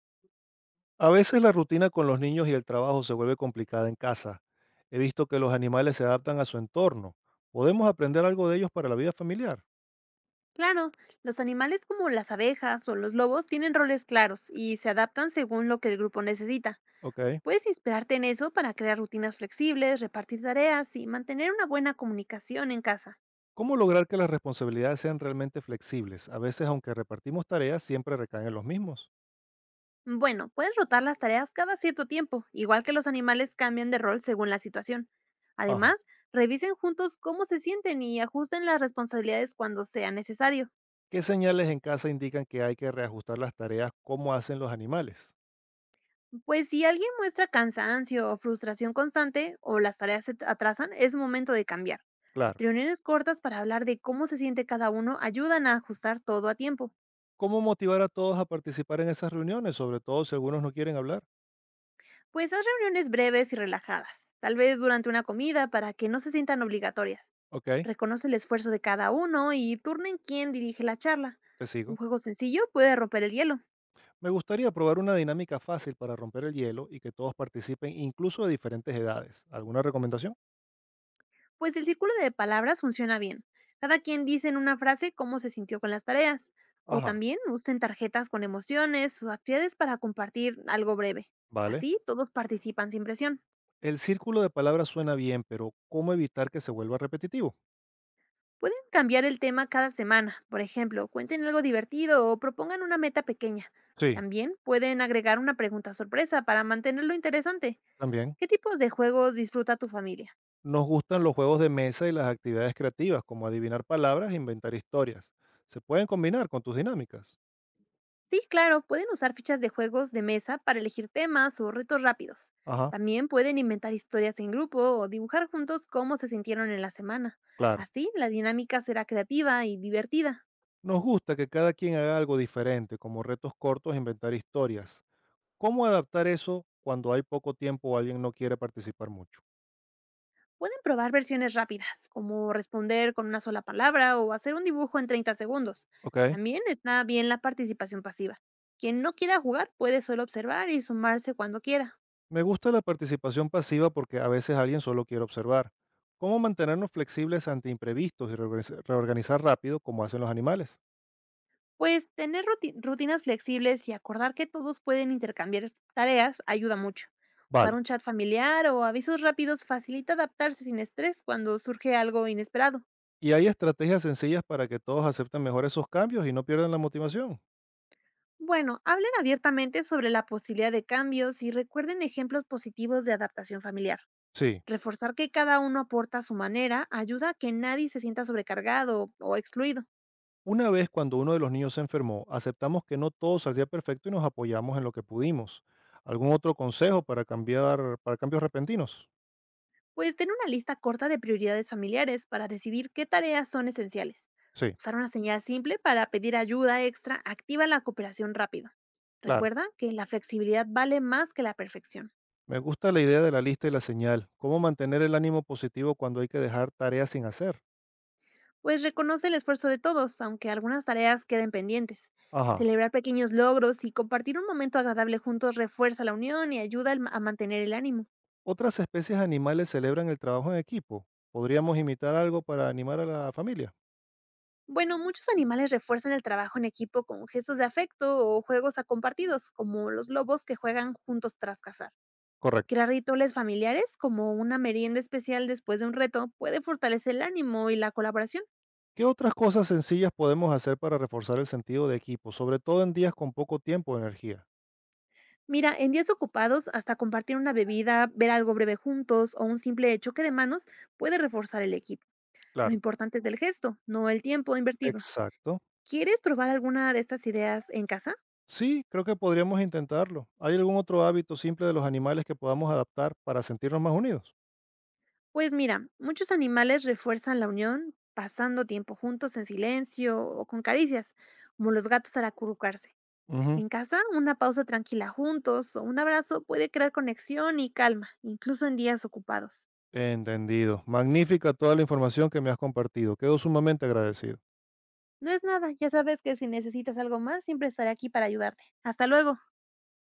A veces la rutina con los niños y el trabajo se vuelve complicada en casa. He visto que los animales se adaptan a su entorno. ¿Podemos aprender algo de ellos para la vida familiar? Claro, los animales como las abejas o los lobos tienen roles claros y se adaptan según lo que el grupo necesita. Ok. Puedes inspirarte en eso para crear rutinas flexibles, repartir tareas y mantener una buena comunicación en casa. ¿Cómo lograr que las responsabilidades sean realmente flexibles? A veces, aunque repartimos tareas, siempre recaen en los mismos. Bueno, puedes rotar las tareas cada cierto tiempo, igual que los animales cambian de rol según la situación. Ajá. Además, revisen juntos cómo se sienten y ajusten las responsabilidades cuando sea necesario. ¿Qué señales en casa indican que hay que reajustar las tareas como hacen los animales? Pues si alguien muestra cansancio o frustración constante o las tareas se atrasan, es momento de cambiar. Claro. Reuniones cortas para hablar de cómo se siente cada uno ayudan a ajustar todo a tiempo. ¿Cómo motivar a todos a participar en esas reuniones, sobre todo si algunos no quieren hablar? Pues haz reuniones breves y relajadas, tal vez durante una comida para que no se sientan obligatorias. Ok, Reconoce el esfuerzo de cada uno y turna en quién dirige la charla. te Un sigo. juego sencillo puede romper el hielo, Me gustaría probar una dinámica fácil para romper el hielo y que todos participen, incluso de diferentes edades. ¿Alguna recomendación? pues el círculo de palabras funciona bien. Cada quien dice en una frase cómo se sintió con las tareas. O Ajá. también usen tarjetas con emociones o actividades para compartir algo breve. Vale. Así todos participan sin presión. El círculo de palabras suena bien, pero ¿cómo evitar que se vuelva repetitivo? Pueden cambiar el tema cada semana, por ejemplo, cuenten algo divertido o propongan una meta pequeña. Sí. También pueden agregar una pregunta sorpresa para mantenerlo interesante. También ¿Qué tipos de juegos disfruta tu familia? nos gustan los juegos de mesa y las actividades creativas, como adivinar palabras e inventar historias. Se pueden combinar con tus dinámicas. Sí, claro, pueden usar fichas de juegos de mesa para elegir temas o retos rápidos. Ajá. También pueden inventar historias en grupo o dibujar juntos cómo se sintieron en la semana. Claro. Así, la dinámica será creativa y divertida. Nos gusta que cada quien haga algo diferente, como retos cortos, e inventar historias. ¿Cómo adaptar eso cuando hay poco tiempo o alguien no quiere participar mucho? Pueden probar versiones rápidas, como responder con una sola palabra o hacer un dibujo en 30 segundos. Ok. También está bien la participación pasiva. Quien no quiera jugar puede solo observar y sumarse cuando quiera. Me gusta la participación pasiva porque a veces alguien solo quiere observar. ¿Cómo mantenernos flexibles ante imprevistos y reorganizar rápido como hacen los animales? Pues tener rutinas flexibles y acordar que todos pueden intercambiar tareas ayuda mucho. Usar Vale. un chat familiar o avisos rápidos facilita adaptarse sin estrés cuando surge algo inesperado. ¿Y hay estrategias sencillas para que todos acepten mejor esos cambios y no pierdan la motivación? Bueno, hablen abiertamente sobre la posibilidad de cambios y recuerden ejemplos positivos de adaptación familiar. Sí. Reforzar que cada uno aporta a su manera ayuda a que nadie se sienta sobrecargado o excluido. Una vez cuando uno de los niños se enfermó, aceptamos que no todo saldría perfecto y nos apoyamos en lo que pudimos. ¿Algún otro consejo para cambiar para cambios repentinos? Pues ten una lista corta de prioridades familiares para decidir qué tareas son esenciales. Sí, Usar una señal simple para pedir ayuda extra activa la cooperación rápido. claro. Recuerda que la flexibilidad vale más que la perfección, Me gusta la idea de la lista y la señal. ¿Cómo mantener el ánimo positivo cuando hay que dejar tareas sin hacer? pues reconoce el esfuerzo de todos, aunque algunas tareas queden pendientes. Ajá. Celebrar pequeños logros y compartir un momento agradable juntos refuerza la unión y ayuda a mantener el ánimo. Otras especies animales celebran el trabajo en equipo. ¿Podríamos imitar algo para animar a la familia? Bueno, muchos animales refuerzan el trabajo en equipo con gestos de afecto o juegos a compartidos, como los lobos que juegan juntos tras cazar. Correcto. Crear rituales familiares, como una merienda especial después de un reto, puede fortalecer el ánimo y la colaboración. ¿Qué otras cosas sencillas podemos hacer para reforzar el sentido de equipo, sobre todo en días con poco tiempo o energía? Mira, en días ocupados, hasta compartir una bebida, ver algo breve juntos o un simple choque de manos puede reforzar el equipo. Lo Claro. importante es el gesto, no el tiempo invertido. Exacto. ¿Quieres probar alguna de estas ideas en casa? Sí, creo que podríamos intentarlo. ¿Hay algún otro hábito simple de los animales que podamos adaptar para sentirnos más unidos? Pues mira, muchos animales refuerzan la unión pasando tiempo juntos en silencio o con caricias, como los gatos al acurrucarse. Ujú. En casa, una pausa tranquila juntos o un abrazo puede crear conexión y calma, incluso en días ocupados. Entendido. Magnífica toda la información que me has compartido. Quedo sumamente agradecido. No es nada, ya sabes que si necesitas algo más, siempre estaré aquí para ayudarte. Hasta luego.